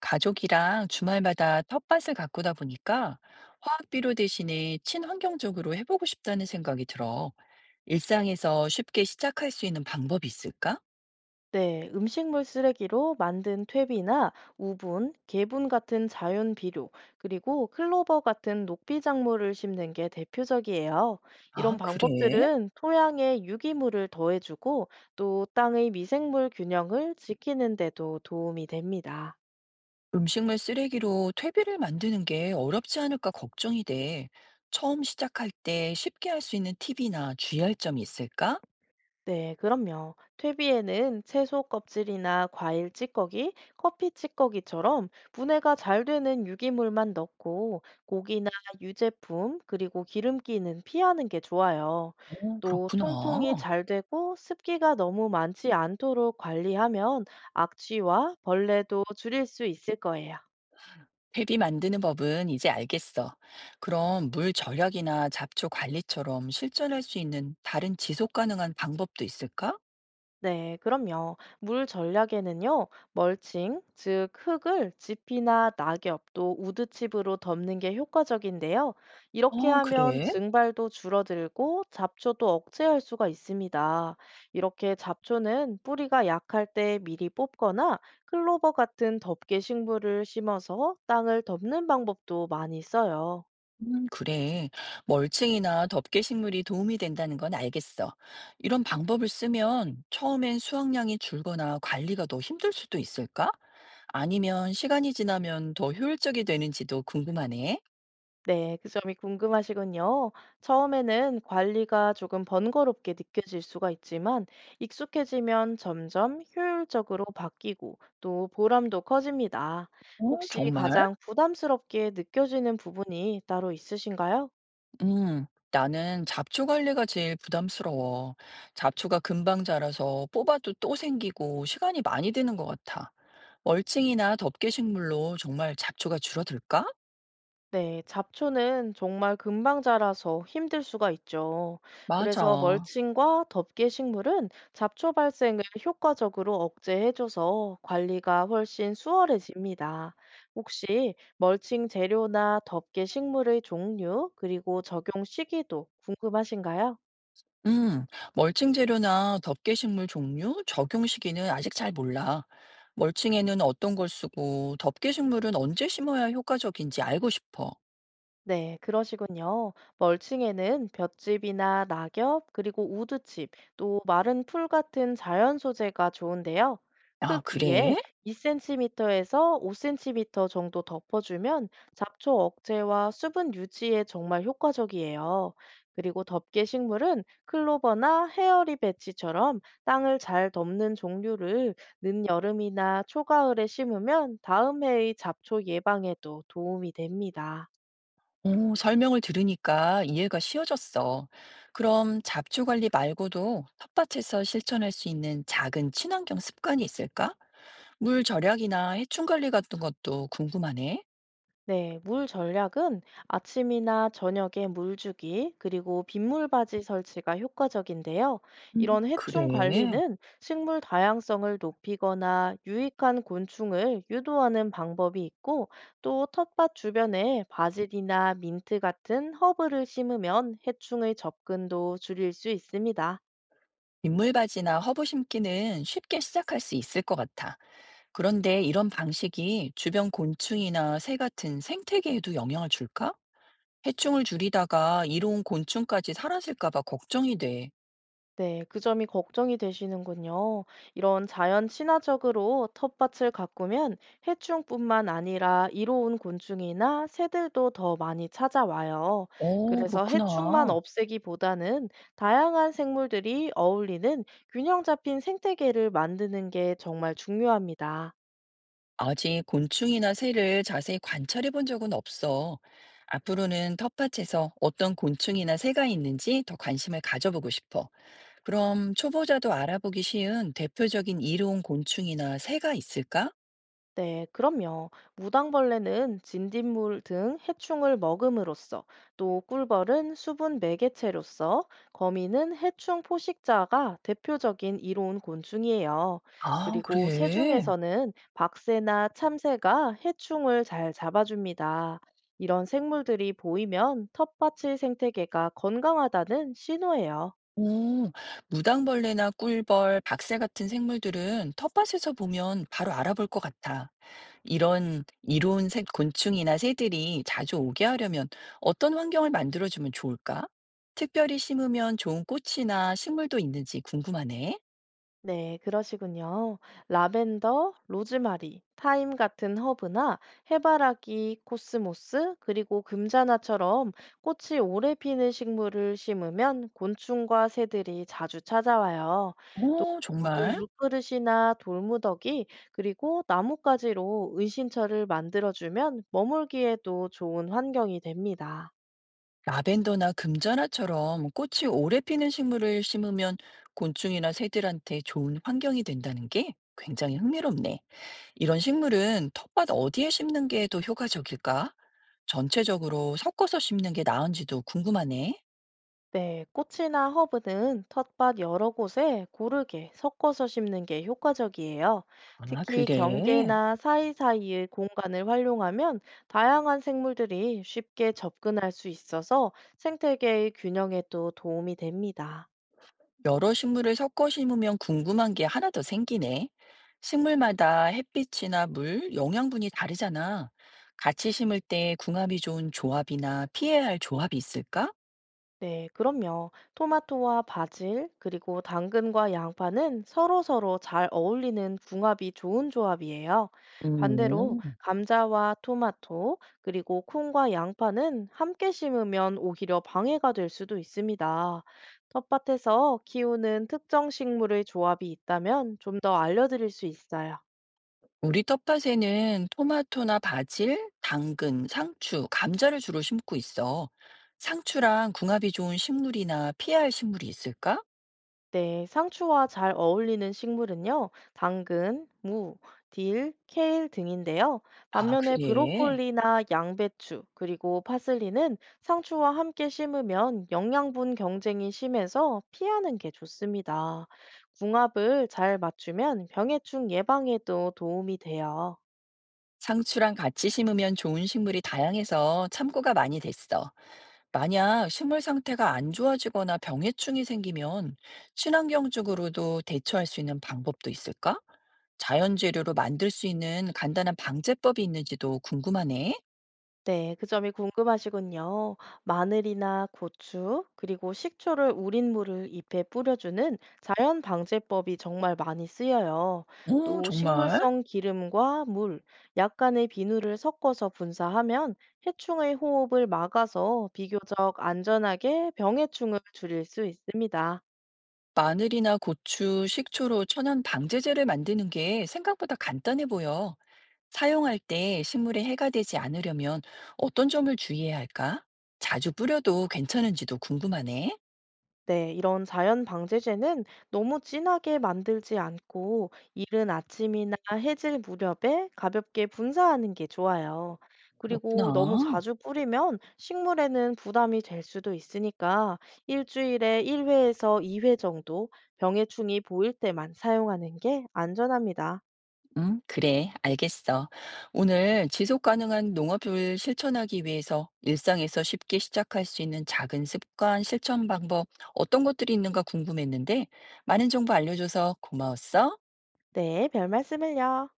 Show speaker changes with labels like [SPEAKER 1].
[SPEAKER 1] 가족이랑 주말마다 텃밭을 가꾸다 보니까 화학비료 대신에 친환경적으로 해보고 싶다는 생각이 들어. 일상에서 쉽게 시작할 수 있는 방법이 있을까?
[SPEAKER 2] 네, 음식물 쓰레기로 만든 퇴비나 우분, 개분 같은 자연 비료, 그리고 클로버 같은 녹비 작물을 심는 게 대표적이에요.
[SPEAKER 1] 아,
[SPEAKER 2] 이런
[SPEAKER 1] 그래?
[SPEAKER 2] 방법들은 토양에 유기물을 더해주고 또 땅의 미생물 균형을 지키는 데도 도움이 됩니다.
[SPEAKER 1] 음식물 쓰레기로 퇴비를 만드는 게 어렵지 않을까 걱정이 돼. 처음 시작할 때 쉽게 할 수 있는 팁이나 주의할 점이 있을까?
[SPEAKER 2] 네, 그럼요. 퇴비에는 채소 껍질이나 과일 찌꺼기, 커피 찌꺼기처럼 분해가 잘 되는 유기물만 넣고 고기나 유제품, 그리고 기름기는 피하는 게 좋아요.
[SPEAKER 1] 어,
[SPEAKER 2] 또
[SPEAKER 1] 그렇구나.
[SPEAKER 2] 통풍이 잘 되고 습기가 너무 많지 않도록 관리하면 악취와 벌레도 줄일 수 있을 거예요.
[SPEAKER 1] 회비 만드는 법은 이제 알겠어. 그럼 물 절약이나 잡초 관리처럼 실천할 수 있는 다른 지속 가능한 방법도 있을까?
[SPEAKER 2] 네, 그럼요. 물 전략에는요, 멀칭, 즉 흙을 지피나 낙엽 또 우드칩으로 덮는 게 효과적인데요. 이렇게
[SPEAKER 1] 어,
[SPEAKER 2] 하면
[SPEAKER 1] 그래?
[SPEAKER 2] 증발도 줄어들고 잡초도 억제할 수가 있습니다. 이렇게 잡초는 뿌리가 약할 때 미리 뽑거나 클로버 같은 덮개 식물을 심어서 땅을 덮는 방법도 많이 써요.
[SPEAKER 1] 그래. 멀칭이나 덮개 식물이 도움이 된다는 건 알겠어. 이런 방법을 쓰면 처음엔 수확량이 줄거나 관리가 더 힘들 수도 있을까? 아니면 시간이 지나면 더 효율적이 되는지도 궁금하네.
[SPEAKER 2] 네, 그 점이 궁금하시군요. 처음에는 관리가 조금 번거롭게 느껴질 수가 있지만 익숙해지면 점점 효율적으로 바뀌고 또 보람도 커집니다.
[SPEAKER 1] 어,
[SPEAKER 2] 혹시
[SPEAKER 1] 정말?
[SPEAKER 2] 가장 부담스럽게 느껴지는 부분이 따로 있으신가요?
[SPEAKER 1] 나는 잡초 관리가 제일 부담스러워. 잡초가 금방 자라서 뽑아도 또 생기고 시간이 많이 드는 것 같아. 멀칭이나 덮개 식물로 정말 잡초가 줄어들까?
[SPEAKER 2] 네, 잡초는 정말 금방 자라서 힘들 수가 있죠. 그래서
[SPEAKER 1] 맞아.
[SPEAKER 2] 멀칭과 덮개 식물은 잡초 발생을 효과적으로 억제해줘서 관리가 훨씬 수월해집니다. 혹시 멀칭 재료나 덮개 식물의 종류, 그리고 적용 시기도 궁금하신가요?
[SPEAKER 1] 음, 멀칭 재료나 덮개 식물 종류, 적용 시기는 아직 잘 몰라. 멀칭에는 어떤 걸 쓰고 덮개 식물은 언제 심어야 효과적인지 알고 싶어.
[SPEAKER 2] 네, 그러시군요. 멀칭에는 볏짚이나 낙엽, 그리고 우드칩, 또 마른 풀 같은 자연 소재가 좋은데요.
[SPEAKER 1] 아,
[SPEAKER 2] 흙 위에
[SPEAKER 1] 그래?
[SPEAKER 2] 2cm에서 5cm 정도 덮어주면 잡초 억제와 수분 유지에 정말 효과적이에요. 그리고 덮개 식물은 클로버나 헤어리 배치처럼 땅을 잘 덮는 종류를 늦여름이나 초가을에 심으면 다음 해의 잡초 예방에도 도움이 됩니다.
[SPEAKER 1] 오, 설명을 들으니까 이해가 쉬워졌어. 그럼 잡초 관리 말고도 텃밭에서 실천할 수 있는 작은 친환경 습관이 있을까? 물 절약이나 해충 관리 같은 것도 궁금하네.
[SPEAKER 2] 네, 물 전략은 아침이나 저녁에 물 주기, 그리고 빗물 바지 설치가 효과적인데요.
[SPEAKER 1] 음.
[SPEAKER 2] 이런 해충
[SPEAKER 1] 그래.
[SPEAKER 2] 관리는 식물 다양성을 높이거나 유익한 곤충을 유도하는 방법이 있고, 또 텃밭 주변에 바질이나 민트 같은 허브를 심으면 해충의 접근도 줄일 수 있습니다.
[SPEAKER 1] 민물바지나 허브 심기는 쉽게 시작할 수 있을 것 같아. 그런데 이런 방식이 주변 곤충이나 새 같은 생태계에도 영향을 줄까? 해충을 줄이다가 이로운 곤충까지 사라질까 봐 걱정이 돼.
[SPEAKER 2] 네, 그 점이 걱정이 되시는군요. 이런 자연 친화적으로 텃밭을 가꾸면 해충뿐만 아니라 이로운 곤충이나 새들도 더 많이 찾아와요.
[SPEAKER 1] 어,
[SPEAKER 2] 그래서 해충만
[SPEAKER 1] 그렇구나.
[SPEAKER 2] 없애기보다는 다양한 생물들이 어울리는 균형 잡힌 생태계를 만드는 게 정말 중요합니다.
[SPEAKER 1] 아직 곤충이나 새를 자세히 관찰해 본 적은 없어. 앞으로는 텃밭에서 어떤 곤충이나 새가 있는지 더 관심을 가져보고 싶어. 그럼 초보자도 알아보기 쉬운 대표적인 이로운 곤충이나 새가 있을까?
[SPEAKER 2] 네, 그럼요. 무당벌레는 진딧물 등 해충을 먹음으로써, 또 꿀벌은 수분 매개체로서, 거미는 해충 포식자가 대표적인 이로운 곤충이에요.
[SPEAKER 1] 아,
[SPEAKER 2] 그리고 새
[SPEAKER 1] 그래.
[SPEAKER 2] 중에서는 박새나 참새가 해충을 잘 잡아줍니다. 이런 생물들이 보이면 텃밭의 생태계가 건강하다는 신호예요.
[SPEAKER 1] 오, 무당벌레나 꿀벌, 박새 같은 생물들은 텃밭에서 보면 바로 알아볼 것 같아. 이런 이로운 새 곤충이나 새들이 자주 오게 하려면 어떤 환경을 만들어주면 좋을까? 특별히 심으면 좋은 꽃이나 식물도 있는지 궁금하네.
[SPEAKER 2] 네, 그러시군요. 라벤더, 로즈마리, 타임 같은 허브나 해바라기, 코스모스, 그리고 금자나처럼 꽃이 오래 피는 식물을 심으면 곤충과 새들이 자주 찾아와요. 또
[SPEAKER 1] 오,
[SPEAKER 2] 작은
[SPEAKER 1] 정말?
[SPEAKER 2] 물그릇이나 돌무더기, 그리고 나뭇가지로 은신처를 만들어주면 머물기에도 좋은 환경이 됩니다.
[SPEAKER 1] 라벤더나 금전화처럼 꽃이 오래 피는 식물을 심으면 곤충이나 새들한테 좋은 환경이 된다는 게 굉장히 흥미롭네. 이런 식물은 텃밭 어디에 심는 게 더 효과적일까? 전체적으로 섞어서 심는 게 나은지도 궁금하네.
[SPEAKER 2] 네, 꽃이나 허브는 텃밭 여러 곳에 고르게 섞어서 심는 게 효과적이에요.
[SPEAKER 1] 아,
[SPEAKER 2] 특히
[SPEAKER 1] 그래.
[SPEAKER 2] 경계나 사이사이의 공간을 활용하면 다양한 생물들이 쉽게 접근할 수 있어서 생태계의 균형에도 도움이 됩니다.
[SPEAKER 1] 여러 식물을 섞어 심으면 궁금한 게 하나 더 생기네. 식물마다 햇빛이나 물, 영양분이 다르잖아. 같이 심을 때 궁합이 좋은 조합이나 피해야 할 조합이 있을까?
[SPEAKER 2] 네, 그럼요. 토마토와 바질, 그리고 당근과 양파는 서로서로 잘 어울리는 궁합이 좋은 조합이에요. 반대로
[SPEAKER 1] 음,
[SPEAKER 2] 감자와 토마토, 그리고 콩과 양파는 함께 심으면 오히려 방해가 될 수도 있습니다. 텃밭에서 키우는 특정 식물의 조합이 있다면 좀 더 알려드릴 수 있어요.
[SPEAKER 1] 우리 텃밭에는 토마토나 바질, 당근, 상추, 감자를 주로 심고 있어. 상추랑 궁합이 좋은 식물이나 피해야 할 식물이 있을까?
[SPEAKER 2] 네, 상추와 잘 어울리는 식물은요, 당근, 무, 딜, 케일 등인데요.
[SPEAKER 1] 아,
[SPEAKER 2] 반면에
[SPEAKER 1] 그래.
[SPEAKER 2] 브로콜리나 양배추, 그리고 파슬리는 상추와 함께 심으면 영양분 경쟁이 심해서 피하는 게 좋습니다. 궁합을 잘 맞추면 병해충 예방에도 도움이 돼요.
[SPEAKER 1] 상추랑 같이 심으면 좋은 식물이 다양해서 참고가 많이 됐어. 만약 식물 상태가 안 좋아지거나 병해충이 생기면 친환경적으로도 대처할 수 있는 방법도 있을까? 자연 재료로 만들 수 있는 간단한 방제법이 있는지도 궁금하네.
[SPEAKER 2] 네, 그 점이 궁금하시군요. 마늘이나 고추, 그리고 식초를 우린 물을 잎에 뿌려주는 자연 방제법이 정말 많이 쓰여요.
[SPEAKER 1] 오,
[SPEAKER 2] 또
[SPEAKER 1] 정말?
[SPEAKER 2] 식물성 기름과 물, 약간의 비누를 섞어서 분사하면 해충의 호흡을 막아서 비교적 안전하게 병해충을 줄일 수 있습니다.
[SPEAKER 1] 마늘이나 고추, 식초로 천연 방제제를 만드는 게 생각보다 간단해 보여. 사용할 때 식물에 해가 되지 않으려면 어떤 점을 주의해야 할까? 자주 뿌려도 괜찮은지도 궁금하네.
[SPEAKER 2] 네, 이런 자연 방제제는 너무 진하게 만들지 않고 이른 아침이나 해질 무렵에 가볍게 분사하는 게 좋아요. 그리고 너무
[SPEAKER 1] 그렇구나.
[SPEAKER 2] 자주 뿌리면 식물에는 부담이 될 수도 있으니까 일주일에 1회에서 2회 정도 병해충이 보일 때만 사용하는 게 안전합니다.
[SPEAKER 1] 응, 그래, 알겠어. 오늘 지속 가능한 농업을 실천하기 위해서 일상에서 쉽게 시작할 수 있는 작은 습관, 실천 방법, 어떤 것들이 있는가 궁금했는데, 많은 정보 알려줘서 고마웠어.
[SPEAKER 2] 네, 별 말씀을요.